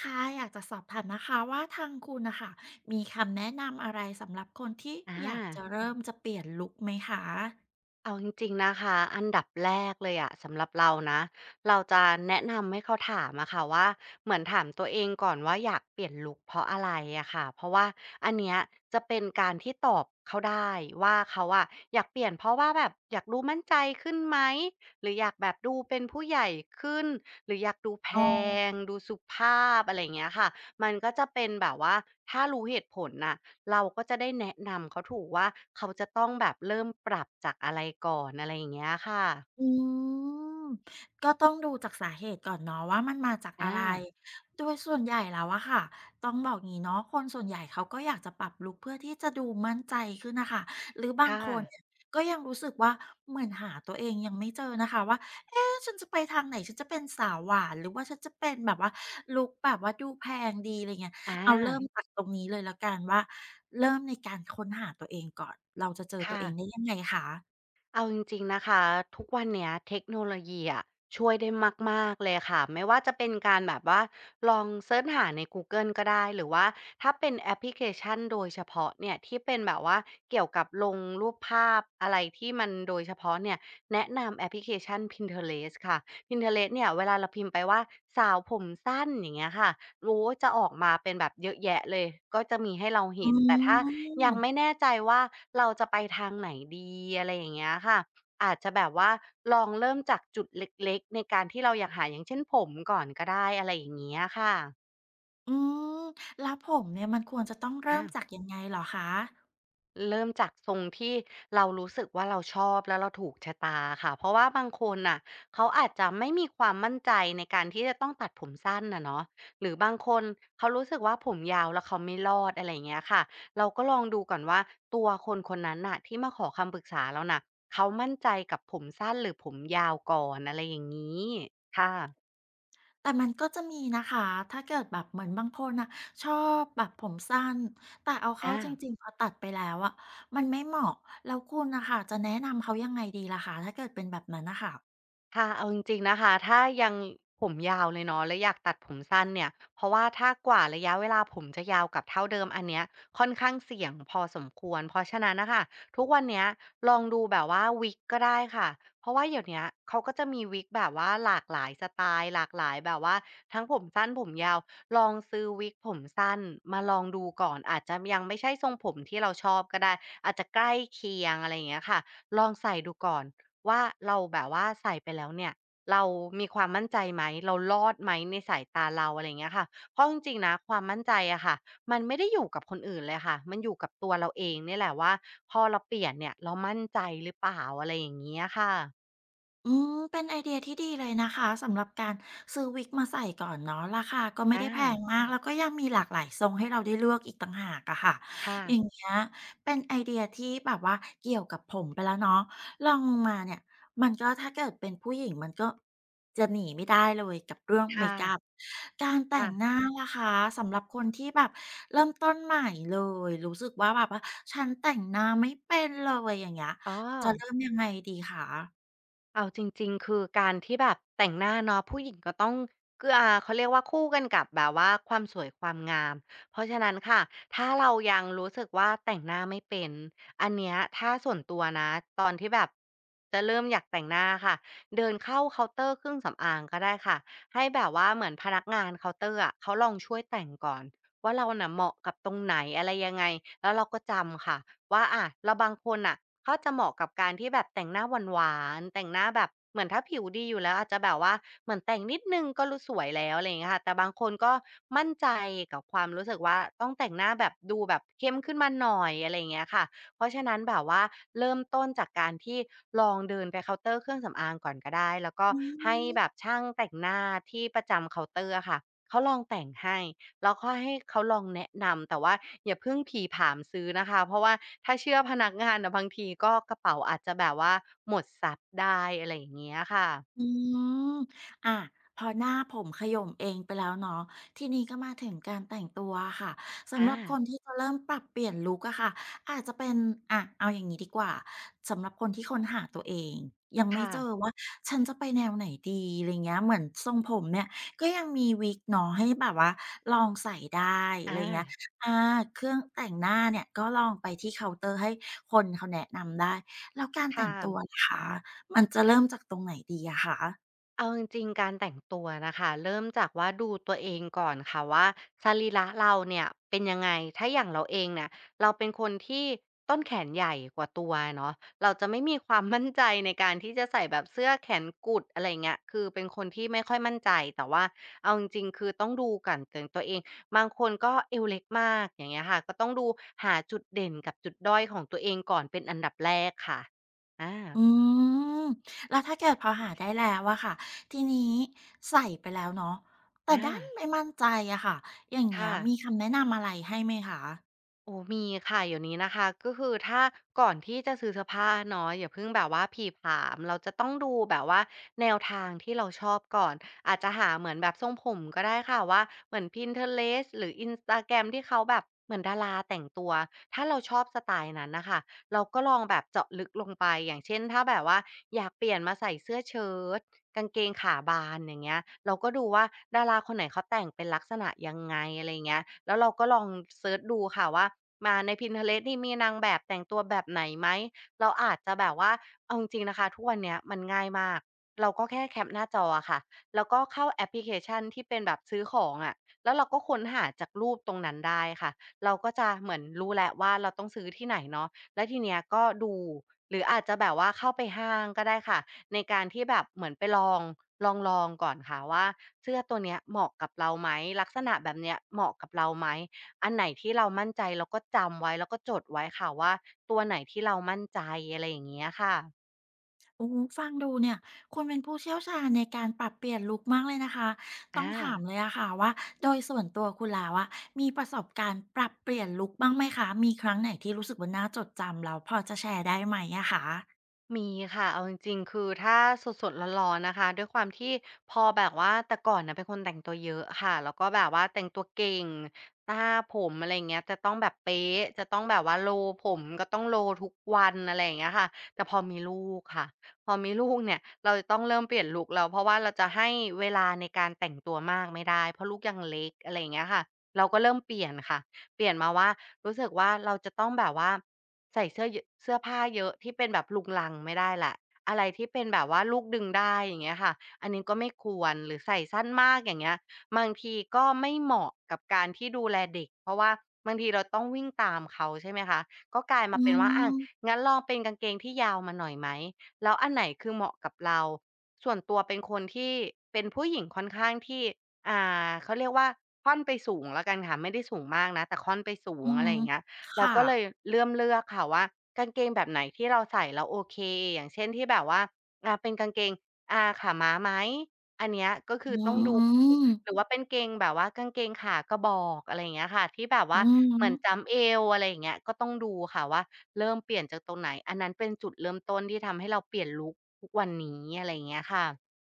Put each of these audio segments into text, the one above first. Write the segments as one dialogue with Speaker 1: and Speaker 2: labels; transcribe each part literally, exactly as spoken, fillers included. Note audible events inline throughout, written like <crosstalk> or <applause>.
Speaker 1: ค่ะอยากจะสอบถามนะคะว่าทางคุณนะคะมีคำแนะนำอะไรสำหรับคนที่
Speaker 2: อ่า
Speaker 1: อยากจะเริ่มจะเปลี่ยนลุกไหมคะ
Speaker 2: เอาจริงๆนะคะอันดับแรกเลยอะสำหรับเรานะเราจะแนะนำให้เขาถามอะค่ะว่าเหมือนถามตัวเองก่อนว่าอยากเปลี่ยนลุคเพราะอะไรอะค่ะเพราะว่าอันเนี้ยจะเป็นการที่ตอบเขาได้ว่าเขาอะอยากเปลี่ยนเพราะว่าแบบอยากดูมั่นใจขึ้นไหมหรืออยากแบบดูเป็นผู้ใหญ่ขึ้นหรืออยากดูแพ
Speaker 1: อ๋อ
Speaker 2: งดูสุภาพอะไรอย่างเงี้ยค่ะมันก็จะเป็นแบบว่าถ้ารู้เหตุผลน่ะ เราก็จะได้แนะนำเขาถูกว่าเขาจะต้องแบบเริ่มปรับจากอะไรก่อนอะไรอย่างเงี้ยค่ะ
Speaker 1: อืมก็ต้องดูจากสาเหตุก่อนเนาะว่ามันมาจากอะไร
Speaker 2: อา
Speaker 1: โดยส่วนใหญ่แล้วอะค่ะต้องบอกงี้เนาะคนส่วนใหญ่เขาก็อยากจะปรับลุกเพื่อที่จะดูมั่นใจขึ้นน่ะค่ะหรือบาง
Speaker 2: ค่ะ
Speaker 1: คนเนี่ยก็ยังรู้สึกว่าเหมือนหาตัวเองยังไม่เจอนะคะว่าเอ๊ะฉันจะไปทางไหนฉันจะเป็นสาวหวานหรือว่าฉันจะเป็นแบบว่าลุคแบบว่าดูแพงดีอะไรเงี้ยเอาเริ่
Speaker 2: อา
Speaker 1: มจากตรงนี้เลยแล้วกันว่าเริ่มในการค้นหาตัวเองก่อนเราจะเจอตัว
Speaker 2: ค่ะ
Speaker 1: เองได้ยังไงคะ
Speaker 2: เอาจริงๆนะคะทุกวันเนี้ยเทคโนโลยีอะช่วยได้มากๆเลยค่ะไม่ว่าจะเป็นการแบบว่าลองเซิร์ชหาในกูเกิลก็ได้หรือว่าถ้าเป็นแอปพลิเคชันโดยเฉพาะเนี่ยที่เป็นแบบว่าเกี่ยวกับลงรูปภาพอะไรที่มันโดยเฉพาะเนี่ยแนะนำแอปพลิเคชัน Pinterest ค่ะ พินเทอเรสต์ เนี่ยเวลาเราพิมพ์ไปว่าสาวผมสั้นอย่างเงี้ยค่ะโอ้ว่าจะออกมาเป็นแบบเยอะแยะเลยก็จะมีให้เรา
Speaker 1: อื
Speaker 2: เห็นแต่ถ้า ยังไม่
Speaker 1: ม
Speaker 2: แน่ใจว่าเราจะไปทางไหนดีอะไรอย่างเงี้ยค่ะอาจจะแบบว่าลองเริ่มจากจุดเล็กๆในการที่เราอยากหาอย่างเช่นผมก่อนก็ได้อะไรอย่างเงี้ยค่ะ
Speaker 1: อืมแล้วผมเนี่ยมันควรจะต้องเริ่ม
Speaker 2: อา
Speaker 1: จากยังไงเหรอคะ
Speaker 2: เริ่มจากทรงที่เรารู้สึกว่าเราชอบแล้วเราถูกชะตาค่ะเพราะว่าบางคนน่ะเขาอาจจะไม่มีความมั่นใจในการที่จะต้องตัดผมสั้นอะเนาะหรือบางคนเขารู้สึกว่าผมยาวแล้วเขาไม่รอดอะไรอย่างเงี้ยค่ะเราก็ลองดูก่อนว่าตัวคนคนนั้นน่ะที่มาขอคำปรึกษาเราน่ะเขามั่นใจกับผมสั้นหรือผมยาวก่อนอะไรอย่างนี้ค่ะ
Speaker 1: แต่มันก็จะมีนะคะถ้าเกิดแบบเหมือนบางคนน่ะชอบแบบผมสั้นแต่เอาเข้า
Speaker 2: อา
Speaker 1: จริงๆพอตัดไปแล้วอะมันไม่เหมาะแล้วคุณน่ะค่ะจะแนะนำเขายังไงดีล่ะคะถ้าเกิดเป็นแบบนั้นน่ะค่ะ
Speaker 2: ค่ะเอาจริงๆนะคะถ้ายังผมยาวเลยเนาะแล้วอยากตัดผมสั้นเนี่ยเพราะว่าถ้ากว่าระยะเวลาผมจะยาวกับเท่าเดิมอันเนี้ยค่อนข้างเสี่ยงพอสมควรเพราะฉะนั้นนะคะทุกวันเนี้ยลองดูแบบว่าวิกก็ได้ค่ะเพราะว่าเดี๋ยวเนี้ยเขาก็จะมีวิกแบบว่าหลากหลายสไตล์หลากหลายแบบว่าทั้งผมสั้นผมยาว ลองซื้อวิกผมสั้นมาลองดูก่อน อาจจะยังไม่ใช่ทรงผมที่เราชอบก็ได้ อาจจะใกล้เคียงอะไรอย่างเงี้ยค่ะลองใส่ดูก่อน ว่าเราแบบว่าใส่ไปแล้วเนี่ยเรามีความมั่นใจไหมเรารอดไหมในสายตาเราอะไรอย่างเงี้ยค่ะเพราะจริงๆนะความมั่นใจอะค่ะมันไม่ได้อยู่กับคนอื่นเลยค่ะมันอยู่กับตัวเราเองเนี่ยแหละว่าพอเราเปลี่ยนเนี่ยเรามั่นใจหรือเปล่าอะไรอย่างเงี้ยค่ะ
Speaker 1: อืมเป็นไอเดียที่ดีเลยนะคะสำหรับการซื้อวิกมาใส่ก่อนเนาะราคาก็ไม่
Speaker 2: อา
Speaker 1: ได้แพงมากแล้วก็ยังมีหลากหลายทรงให้เราได้เลือกอีกต่างหากอะค่ะ
Speaker 2: ค่ะ
Speaker 1: อย่างเงี้ยเป็นไอเดียที่แบบว่าเกี่ยวกับผมไปแล้วเนาะลองลงมาเนี่ยมันก็ถ้าเกิดเป็นผู้หญิงมันก็จะหนีไม่ได้เลยกับเรื่องเม
Speaker 2: ค่ะ
Speaker 1: คอัพการแต่งห
Speaker 2: ค่ะ
Speaker 1: น้าล่ะคะสำหรับคนที่แบบเริ่มต้นใหม่เลยรู้สึกว่าแบบว่าฉันแต่งหน้าไม่เป็นเลยอย่างเงี้ย
Speaker 2: อ๋อ
Speaker 1: จะเริ่มยังไงดีคะ
Speaker 2: เอาจริงๆคือการที่แบบแต่งหน้าเนาะผู้หญิงก็ต้องเกื้อ่าเขาเรียกว่าคู่กันกับแบบว่าความสวยความงามเพราะฉะนั้นค่ะถ้าเรายังรู้สึกว่าแต่งหน้าไม่เป็นอันเนี้ยถ้าส่วนตัวนะตอนที่แบบจะเริ่มอยากแต่งหน้าค่ะเดินเข้าเคาน์เตอร์เครื่องสำอางก็ได้ค่ะให้แบบว่าเหมือนพนักงานเคาน์เตอร์อะเขาลองช่วยแต่งก่อน ว่าเราน่ะเหมาะกับตรงไหนอะไรยังไงแล้วเราก็จำค่ะว่าอาแล้บางคนน่ะเขาจะเหมาะกับการที่แบบแต่งหน้าหวานๆแต่งหน้าแบบเหมือนถ้าผิวดีอยู่แล้วอาจจะแบบว่าเหมือนแต่งนิดหนึ่งก็รู้สวยแล้วอะไรอย่างเงี้ยค่ะแต่บางคนก็มั่นใจกับความรู้สึกว่าต้องแต่งหน้าแบบดูแบบเข้มขึ้นมาหน่อยอะไรอย่างเงี้ยค่ะเพราะฉะนั้นแบบว่าเริ่มต้นจากการที่ลองเดินไปเคาน์เตอร์เครื่องสำอางก่อนก็ได้แล้วก็
Speaker 1: อื
Speaker 2: ให้แบบ
Speaker 1: ม
Speaker 2: ช่างแต่งหน้าที่ประจำเคาน์เตอร์อะค่ะเขาลองแต่งให้ แล้วก็ให้เขาลองแนะนำแต่ว่าอย่าเพิ่งผีผามซื้อนะคะเพราะว่าถ้าเชื่อพนักงานน่ะบางทีก็กระเป๋าอาจจะแบบว่าหมดทรัพย์ได้อะไรอย่างเงี้ยค่ะ
Speaker 1: อืมอ่ะพอหน้าผมขย่มเองไปแล้วเนาะทีนี้ก็มาถึงการแต่งตัวอะค่ะสำห
Speaker 2: อา
Speaker 1: รับคนที่จะเริ่มปรับเปลี่ยนลุคอะค่ะอาจจะเป็นอะเอาอย่างนี้ดีกว่าสำหรับคนที่ค้นหาตัวเองยังไม่เจอ
Speaker 2: ค่ะ
Speaker 1: ว่าฉันจะไปแนวไหนดีอะไรเงี้ยเหมือนทรงผมเนี่ยก็ยังมีวิกเนาะให้แบบว่าลองใส่ได้อะไร
Speaker 2: อา
Speaker 1: เงี้ยอาเครื่องแต่งหน้าเนี่ยก็ลองไปที่เคาน์เตอร์ให้คนเขาแนะนำได้แล้วการแต่
Speaker 2: ค่ะ
Speaker 1: งตัวล่ะคะ มันจะเริ่มจากตรงไหนดีอะคะ
Speaker 2: เอาจริงๆการแต่งตัวนะคะเริ่มจากว่าดูตัวเองก่อนค่ะว่าสรีระเราเนี่ยเป็นยังไงถ้าอย่างเราเองเนี่ยเราเป็นคนที่ต้นแขนใหญ่กว่าตัวเนาะเราจะไม่มีความมั่นใจในการที่จะใส่แบบเสื้อแขนกุดอะไรเงี้ยคือเป็นคนที่ไม่ค่อยมั่นใจแต่ว่าเอาจริงๆคือต้องดูกันแต่งตัวเองบางคนก็เอวเล็กมากอย่างเงี้ยค่ะก็ต้องดูหาจุดเด่นกับจุดด้อยของตัวเองก่อนเป็นอันดับแรกค่ะ
Speaker 1: อื
Speaker 2: อา
Speaker 1: มแล้วถ้าเกิดพอหาได้แล้วอะค่ะทีนี้ใส่ไปแล้วเนาะแต่
Speaker 2: อา
Speaker 1: ดันไม่มั่นใจอะค่ะอย่างเงี้ย
Speaker 2: ค่ะ
Speaker 1: มีคำแนะนำอะไรให้ไหมคะ
Speaker 2: โอ้มีค่ะเดี๋ยวนี้นะคะก็คือถ้าก่อนที่จะซื้อเสื้อผ้าเนาะอย่าเพิ่งแบบว่าผีผามเราจะต้องดูแบบว่าแนวทางที่เราชอบก่อนอาจจะหาเหมือนแบบทรงผมก็ได้ค่ะว่าเหมือน Pinterest หรือ อินสตาแกรม ที่เขาแบบเหมือนดาราแต่งตัวถ้าเราชอบสไตล์นั้นนะคะเราก็ลองแบบเจาะลึกลงไปอย่างเช่นถ้าแบบว่าอยากเปลี่ยนมาใส่เสื้อเชิ้ตกางเกงขาบานอย่างเงี้ยเราก็ดูว่าดาราคนไหนเขาแต่งเป็นลักษณะยังไงอะไรเงี้ยแล้วเราก็ลองเซิร์ชดูค่ะว่า มาใน พินเทอเรสต์ นี่มีนางแบบแต่งตัวแบบไหนไหมเราอาจจะแบบว่าเอาจริงๆนะคะทุกวันเนี้ยมันง่ายมากเราก็แค่แคปหน้าจออะค่ะแล้วก็เข้าแอปพลิเคชันที่เป็นแบบซื้อของอะแล้วเราก็ค้นหาจากรูปตรงนั้นได้ค่ะเราก็จะเหมือนรู้แล้วว่าเราต้องซื้อที่ไหนเนาะแล้วทีเนี้ยก็ดูหรืออาจจะแบบว่าเข้าไปห้างก็ได้ค่ะในการที่แบบเหมือนไปลองลองๆก่อนค่ะว่าเสื้อตัวเนี้ยเหมาะกับเราไหมลักษณะแบบเนี้ยเหมาะกับเราไหม อันไหนที่เรามั่นใจเราก็จำไว้ แล้วก็จดไว้ค่ะว่าตัวไหนที่เรามั่นใจอะไรอย่างเงี้ยค่ะ
Speaker 1: โอ้โฮฟังดูเนี่ยคุณเป็นผู้เชี่ยวชาญในการปรับเปลี่ยนลุกมากเลยนะคะ
Speaker 2: อ
Speaker 1: ต้องถาม
Speaker 2: า
Speaker 1: เลยอะค่ะว่าโดยส่วนตัวคุณแล้วอะมีประสบการณ์ปรับเปลี่ยนลุกบ้างไหมคะมีครั้งไหนที่รู้สึกว่าน่าจดจำแล้วพอจะแชร์ได้ไหมอะคะ
Speaker 2: มีค่ะเอาจริงๆคือถ้าสดๆร้อนๆนะคะด้วยความที่พอแบบว่าแต่ก่อนน่ะเป็นคนแต่งตัวเยอะค่ะแล้วก็แบบว่าแต่งตัวเก่งหน้าผมอะไรอย่างเงี้ยจะต้องแบบเป๊ะจะต้องแบบว่าโรลผมก็ต้องโรลทุกวันอะไรอย่างเงี้ยค่ะแต่พอมีลูกค่ะพอมีลูกเนี่ยเราจะต้องเริ่มเปลี่ยนลุกแล้วเพราะว่าเราจะให้เวลาในการแต่งตัวมากไม่ได้เพราะลูกยังเล็กอะไรอย่างเงี้ยค่ะเราก็เริ่มเปลี่ยนค่ะเปลี่ยนมาว่ารู้สึกว่าเราจะต้องแบบว่า ใส่เสื้อเยอะเสื้อผ้าเยอะที่เป็นแบบรุงรังไม่ได้แหละอะไรที่เป็นแบบว่าลูกดึงได้อย่างเงี้ยค่ะอันนี้ก็ไม่ควรหรือใส่สั้นมากอย่างเงี้ยบางทีก็ไม่เหมาะกับการที่ดูแลเด็กเพราะว่าบางทีเราต้องวิ่งตามเขาใช่ไหมคะก็กลาย
Speaker 1: อื
Speaker 2: มาเป็นว่าอา
Speaker 1: ม
Speaker 2: งั้นลองเป็นกางเกงที่ยาวมาหน่อยไหมแล้วอันไหนคือเหมาะกับเราส่วนตัวเป็นคนที่เป็นผู้หญิงค่อนข้างที่อ่าเขาเรียกว่าค่อนไปสูงแล้วกันค่ะไม่ได้สูงมากนะแต่ค่อนไปสู
Speaker 1: อื
Speaker 2: งอะไร
Speaker 1: ม
Speaker 2: อย่างเงี้ย เรา
Speaker 1: ค่ะ
Speaker 2: ก็เลยเริ่มเลือกค่ะว่ากางเกงแบบไหนที่เราใส่แล้วโอเคอย่างเช่นที่แบบว่าอ่าเป็นกางเกงอ่าขาม้าไหมอันเนี้ยก็คื
Speaker 1: อื
Speaker 2: อต้องดู
Speaker 1: ม
Speaker 2: หรือว่าเป็นเกงแบบว่ากางเกงขากระบอกอะไรอย่างเงี้ยค่ะที่แบบ
Speaker 1: อื
Speaker 2: ว่า
Speaker 1: อฮึ
Speaker 2: เหมือนจัมป์เอวอะไรอย่างเงี้ยก็ต้องดูค่ะว่าเริ่มเปลี่ยนจากตรงไหนอันนั้นเป็นจุดเริ่มต้นที่ทำให้เราเปลี่ยนลุกทุกวันนี้อะไรอย่างเงี้ยค่ะ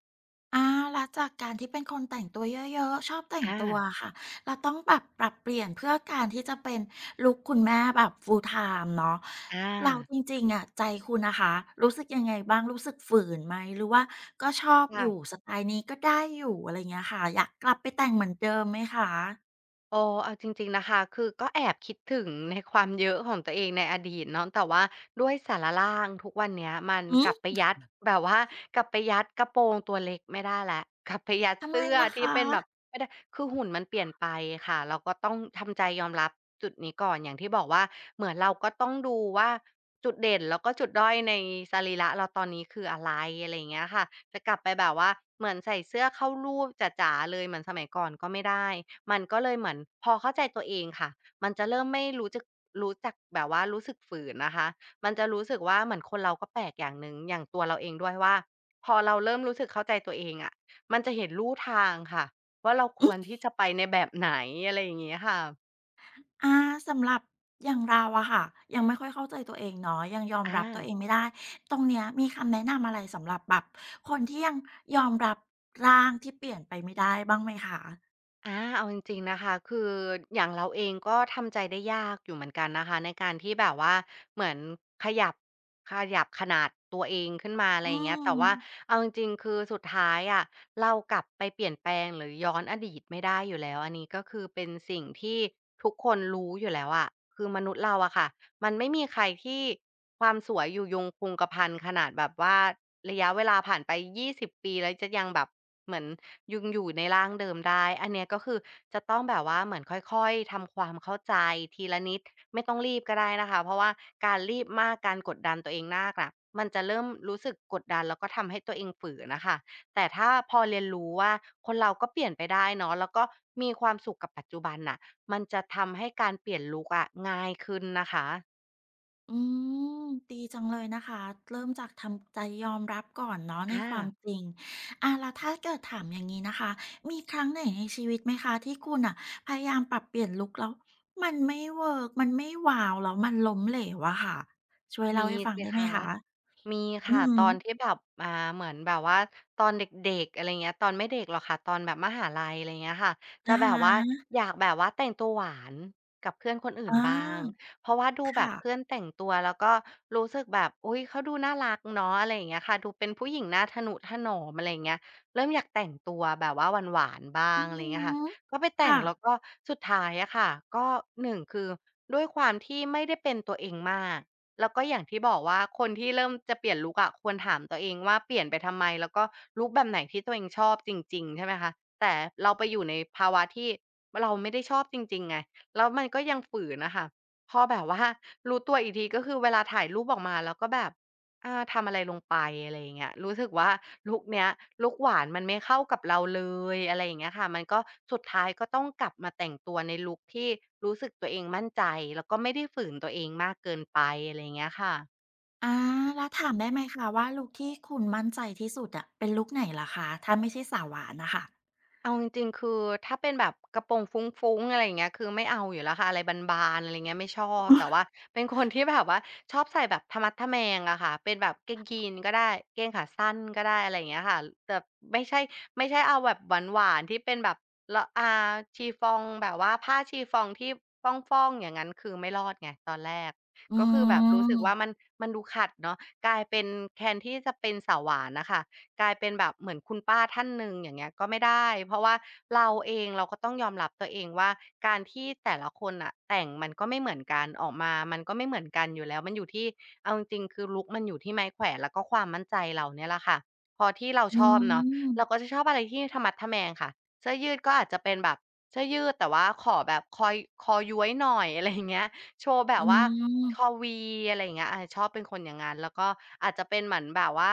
Speaker 1: อาแล้วจากการที่เป็นคนแต่งตัวเยอะๆ ชอบแต่งตัว
Speaker 2: อา
Speaker 1: อะค่ะเราต้องแบบปรับเปลี่ยนเพื่อการที่จะเป็นลุคคุณแม่แบบ full time เนาะ
Speaker 2: อา
Speaker 1: เราจริงๆอะใจคุณนะคะรู้สึกยังไงบ้างรู้สึกฝืนไหมหรือว่าก็ชอบอ
Speaker 2: ค่ะ
Speaker 1: ยู่สไตล์นี้ก็ได้อยู่อะไรเงี้ยค่ะอยากกลับไปแต่งเหมือนเดิมไหมคะ
Speaker 2: โอ้เอาจริงๆนะคะ คือก็แอบคิดถึงในความเยอะของตัวเองในอดีตเนาะแต่ว่าด้วยสารล่างทุกวันเนี้ยมัน
Speaker 1: หือ
Speaker 2: กลับไปยัดแบบว่ากลับไปยัดกระโปรงตัวเล็กไม่ได้แล้ว <laughs> กลับไปยัด
Speaker 1: ทำไม
Speaker 2: เสื้อ
Speaker 1: ล่ะ
Speaker 2: ที่
Speaker 1: คะ
Speaker 2: เป็นแบบไม่ได้คือหุ่นมันเปลี่ยนไปค่ะเราก็ต้องทำใจยอมรับจุดนี้ก่อนอย่างที่บอกว่าเหมือนเราก็ต้องดูว่าจุดเด่นแล้วก็จุดด้อยในสรีระเราตอนนี้คืออะไรอะไรอย่างเงี้ยค่ะ จะกลับไปแบบว่าเหมือนใส่เสื้อเข้ารูปจ๋าๆเลยเหมือนสมัยก่อนก็ไม่ได้ มันก็เลยเหมือนพอเข้าใจตัวเองค่ะมันจะเริ่มไม่รู้จึกรู้จักแบบว่ารู้สึกฝืนนะคะมันจะรู้สึกว่าเหมือนคนเราก็แปลกอย่างหนึ่งอย่างตัวเราเองด้วยว่าพอเราเริ่มรู้สึกเข้าใจตัวเองอะมันจะเห็นลู่ทางค่ะว่าเราควรที่จะไปในแบบไหนอะไรอย่างงี้ค่ะ
Speaker 1: อาสำหรับอย่างเราอะค่ะยังไม่ค่อยเข้าใจตัวเองเนาะยังยอมรับตัวเอ
Speaker 2: อา
Speaker 1: งไม่ได้ตรงเนี้ยมีคำแนะนำอะไรสำหรับแบบคนที่ยังยอมรับร่างที่เปลี่ยนไปไม่ได้บ้างไหมคะ
Speaker 2: อาเอาจริงๆนะคะคืออย่างเราเองก็ทำใจได้ยากอยู่เหมือนกันนะคะในการที่แบบว่าเหมือนขยับขยับขนาดตัวเองขึ้นมาอะ
Speaker 1: อื
Speaker 2: ไรอย่างเงี้ย
Speaker 1: ม
Speaker 2: แต่ว่าเอาจริงๆคือสุดท้ายอะเรากลับไปเปลี่ยนแปลงหรือย้อนอดีตไม่ได้อยู่แล้วอันนี้ก็คือเป็นสิ่งที่ทุกคนรู้อยู่แล้วอะคือมนุษย์เราอะค่ะมันไม่มีใครที่ความสวยอยู่ยงคงกะพันขนาดแบบว่าระยะเวลาผ่านไปยี่สิบปีแล้วจะยังแบบ เหมือนยังอยู่ในร่างเดิมได้ อันเนี้ยก็คือจะต้องแบบว่าเหมือนค่อยๆทำความเข้าใจทีละนิดไม่ต้องรีบก็ได้นะคะเพราะว่าการรีบมากการกดดันตัวเองมากน่ะมันจะเริ่มรู้สึกกดดันแล้วก็ทำให้ตัวเองฝืนน่ะค่ะแต่ถ้าพอเรียนรู้ว่าคนเราก็เปลี่ยนไปได้เนาะแล้วก็มีความสุขกับปัจจุบันน่ะมันจะทำให้การเปลี่ยนลุกอะง่ายขึ้นนะคะ
Speaker 1: อืมดีจังเลยนะคะเริ่มจากทำใจยอมรับก่อนเนาะใน
Speaker 2: อา
Speaker 1: ความจริงอาแล้วถ้าเกิดถามอย่างนี้นะคะมีครั้งไหนในชีวิตไหมคะที่คุณอะพยายามปรับเปลี่ยนลุกแล้วมันไม่เวิร์กมันไม่ว้าวแล้วมันล้มเหลวอะค่ะช่วยเล่า
Speaker 2: มี
Speaker 1: ให้ฟัง
Speaker 2: สิ
Speaker 1: ได้ไหม
Speaker 2: คะ
Speaker 1: คะ
Speaker 2: มี
Speaker 1: อือ
Speaker 2: ค่ะตอนที่
Speaker 1: ฮึ
Speaker 2: แบบอ่าเหมือนแบบว่าตอนเด็กๆอะไรเงี้ยตอนไม่เด็กหรอกค่ะตอนแบบมหาลัยอะไรเงี้ยค่ะจะ
Speaker 1: อะฮ
Speaker 2: แบบว่า
Speaker 1: ะ
Speaker 2: อยากแบบว่าแต่งตัวหวานกับเพื่อนคนอื่น
Speaker 1: อา
Speaker 2: บ้างเพราะว่าดูแบบ
Speaker 1: ค่ะ
Speaker 2: เพื่อนแต่งตัวแล้วก็รู้สึกแบบอุ๊ยเขาดูน่ารักเนาะอะไรอย่างเงี้ยค่ะดูเป็นผู้หญิงน่าทะนุถนอมอะไรอย่างเงี้ยเริ่มอยากแต่งตัวแบบว่าหวานๆบ้า
Speaker 1: อื
Speaker 2: ง
Speaker 1: อ
Speaker 2: อะไร
Speaker 1: ฮึ
Speaker 2: เงี้ยค่ะก็ไปแต่ง
Speaker 1: ค่ะ
Speaker 2: แล้วก็สุดท้ายอะค่ะก็หนึ่งคือด้วยความที่ไม่ได้เป็นตัวเองมาก แล้วก็อย่างที่บอกว่าคนที่เริ่มจะเปลี่ยนลุกอะควรถามตัวเองว่าเปลี่ยนไปทำไมแล้วก็ลุกแบบไหนที่ตัวเองชอบจริงๆใช่ไหมคะแต่เราไปอยู่ในภาวะที่เราไม่ได้ชอบจริงๆไงแล้วมันก็ยังฝืนน่ะค่ะพอแบบว่ารู้ตัวอีกทีก็คือเวลาถ่ายรูปออกมาแล้วก็แบบ อาทำอะไรลงไปอะไรอย่างเงี้ยรู้สึกว่าลุกเนี้ยลุคหวานมันไม่เข้ากับเราเลยอะไรอย่างเงี้ยค่ะมันก็สุดท้ายก็ต้องกลับมาแต่งตัวในลุกที่รู้สึกตัวเองมั่นใจแล้วก็ไม่ได้ฝืนตัวเองมากเกินไปอะไรอย่างเงี้ยค่ะ
Speaker 1: อาแล้วถามได้ไหมคะว่าลุกที่คุณมั่นใจที่สุดอะเป็นลุกไหนเหรอคะถ้าไม่ใช่สาวหวานน่ะค่ะ
Speaker 2: เอาจริงๆ คือถ้าเป็นแบบกระโปรงฟุ้งๆอะไรอย่างเงี้ยคือไม่เอาอยู่แล้วค่ะอะไรบานๆอะไรเงี้ยไม่ชอบแต่ว่าเป็นคน <laughs> ที่แบบว่าชอบใส่แบบทะมัดทะแมงอะค่ะเป็นแบบกางเกงยีนก็ได้เกงขาสั้นก็ได้อะไรอย่างเงี้ยค่ะแต่ไม่ใช่ไม่ใช่เอาแบบหวานๆที่เป็นแบบละอ่าชีฟองแบบว่าผ้าชีฟองที่ฟ่องๆอย่างงั้นคือไม่รอดไงตอนแรก
Speaker 1: อื
Speaker 2: ก็คือแบบรู้สึกว่ามัน
Speaker 1: ม
Speaker 2: มันดูขัดเนาะกลายเป็นแทนที่จะเป็นสาวหวานน่ะค่ะ กลายเป็นแบบเหมือนคุณป้าท่านหนึ่งอย่างเงี้ยก็ไม่ได้เพราะว่าเราเองเราก็ต้องยอมรับตัวเองว่าการที่แต่ละคนอ่ะแต่งมันก็ไม่เหมือนกันออกมามันก็ไม่เหมือนกันอยู่แล้วมันอยู่ที่เอาจริงๆคือลุกมันอยู่ที่ไม้แขวนแล้วก็ความมั่นใจเราเนี่ยแหละค่ะพอที่เรา
Speaker 1: อื
Speaker 2: ชอบเนาะเราก็
Speaker 1: ม
Speaker 2: จะชอบอะไรที่ทะมัดทะแมงค่ะเสื้อยืดก็อาจจะเป็นแบบเสื้อยืดแต่ว่าขอแบบคอยคอย้วยหน่อย <laughs> อะไรอย่างเงี้ยโชว์แบ
Speaker 1: อื
Speaker 2: บว่าคอ
Speaker 1: ม
Speaker 2: วีอะไรอย่างเงี้ยอาชอบเป็นคนอย่างงั้นแล้วก็อาจจะเป็นเหมือนแบบว่า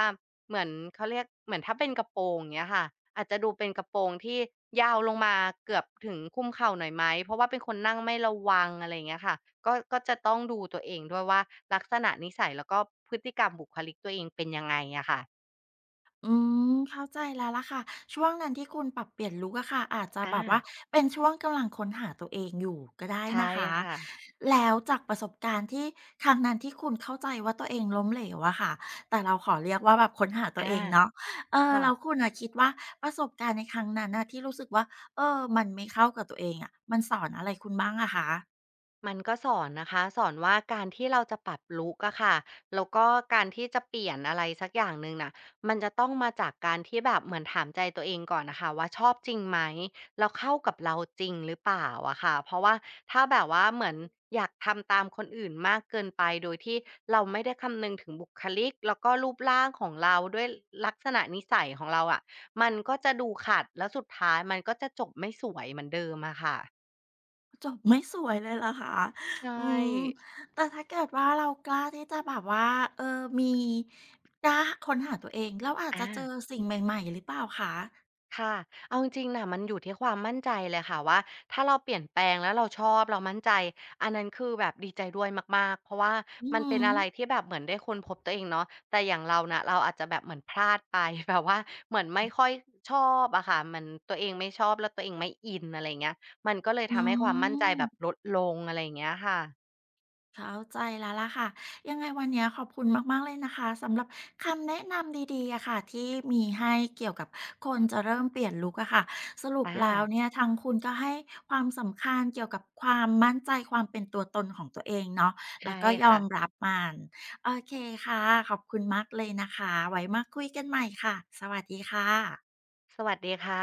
Speaker 2: เหมือนเขาเรียกเหมือนถ้าเป็นกระโปรงเงี้ยค่ะอาจจะดูเป็นกระโปรงที่ยาวลงมาเกือบถึงคุมเข่าหน่อยไหมเพราะว่าเป็นคนนั่งไม่ระวังอะไรอย่างเงี้ยค่ะก็ก็จะต้องดูตัวเองด้วยว่าลักษณะนิสัยแล้วก็พฤติกรรมบุคลิกตัวเองเป็นยังไงอะค่ะ
Speaker 1: อืมเข้าใจแล้วล่ะค่ะช่วงนั้นที่คุณปรับเปลี่ยนลุกอะค่ะอาจจะ
Speaker 2: อา
Speaker 1: แบบว่า่เป็นช่วงกำลังค้นหาตัวเองอยู่ก็ได้
Speaker 2: ใช่
Speaker 1: นะคะ
Speaker 2: ค่ะ
Speaker 1: แล้วจากประสบการณ์ที่ครั้งนั้นที่คุณเข้าใจว่าตัวเองล้มเหลวอะค่ะแต่เราขอเรียกว่าแบบค้นหาตัวเอ
Speaker 2: อา
Speaker 1: งเนาะเออ
Speaker 2: ค่ะ
Speaker 1: แล้วคุณอะคิดว่าประสบการณ์ในครั้งนั้นน่ะที่รู้สึกว่าเออมันไม่เข้ากับตัวเองอะมันสอนอะไรคุณบ้างอะคะ
Speaker 2: มันก็สอนนะคะสอนว่าการที่เราจะปรับลุกอะค่ะแล้วก็การที่จะเปลี่ยนอะไรสักอย่างหนึ่งน่ะมันจะต้องมาจากการที่แบบเหมือนถามใจตัวเองก่อนนะคะว่าชอบจริงไหมแล้วเข้ากับเราจริงหรือเปล่าอะค่ะเพราะว่าถ้าแบบว่าเหมือนอยากทำตามคนอื่นมากเกินไปโดยที่เราไม่ได้คำนึงถึงบุคลิกแล้วก็รูปร่างของเราด้วยลักษณะนิสัยของเราอะมันก็จะดูขัดแล้วสุดท้ายมันก็จะจบไม่สวยเหมือนเดิมอะค่ะ
Speaker 1: จบไม่สวยเลยเหรอคะ
Speaker 2: ใช่
Speaker 1: อืม แต่ถ้าเกิดว่าเรากล้าที่จะแบบว่า เออ มีกล้าค้นหาตัวเองเราอาจจะ
Speaker 2: อา
Speaker 1: เจอสิ่งใหม่ๆหรือเปล่าคะ
Speaker 2: ค่ะ เอาจริงๆนะ มันอยู่ที่ความมั่นใจเลยค่ะว่าถ้าเราเปลี่ยนแปลงแล้วเราชอบเรามั่นใจ อันนั้นคือแบบดีใจด้วยมากๆ เพราะว่า
Speaker 1: อือ
Speaker 2: มัน
Speaker 1: ฮึ
Speaker 2: เป็นอะไรที่แบบเหมือนได้ค้นพบตัวเองเนาะแต่อย่างเราน่ะเราอาจจะแบบเหมือนพลาดไป <laughs> แบบว่าเหมือนไม่ค่อยชอบอะค่ะมันตัวเองไม่ชอบแล้วตัวเองไม่อินอะไร่าเงี้ยมันก็เลย
Speaker 1: อื
Speaker 2: ทำให้ความมั่นใจแบบล
Speaker 1: ม
Speaker 2: ดลงอะไรอย่เงี้ยค่ะ
Speaker 1: เข้าใจแล้วล่ะค่ะยังไงวันนี้ขอบคุณมากๆเลยนะคะสำหรับคำแนะนำดีๆอะค่ะที่มีให้เกี่ยวกับคนจะเริ่มเปลี่ยนลุกอะค่ะสรุปแล้ว
Speaker 2: อา
Speaker 1: เนี่ยทางคุณก็ให้ความสำคัญเกี่ยวกับความมั่นใจความเป็นตัวตนของตัวเองเนาะแล้
Speaker 2: ใช่
Speaker 1: วก็ยอ
Speaker 2: ค่ะ
Speaker 1: มรับมันโอเคค่ะขอบคุณมากเลยนะคะไว้มาคุยกันใหม่ค่ะสวัสดีค่ะ
Speaker 2: สวัสดีค่ะ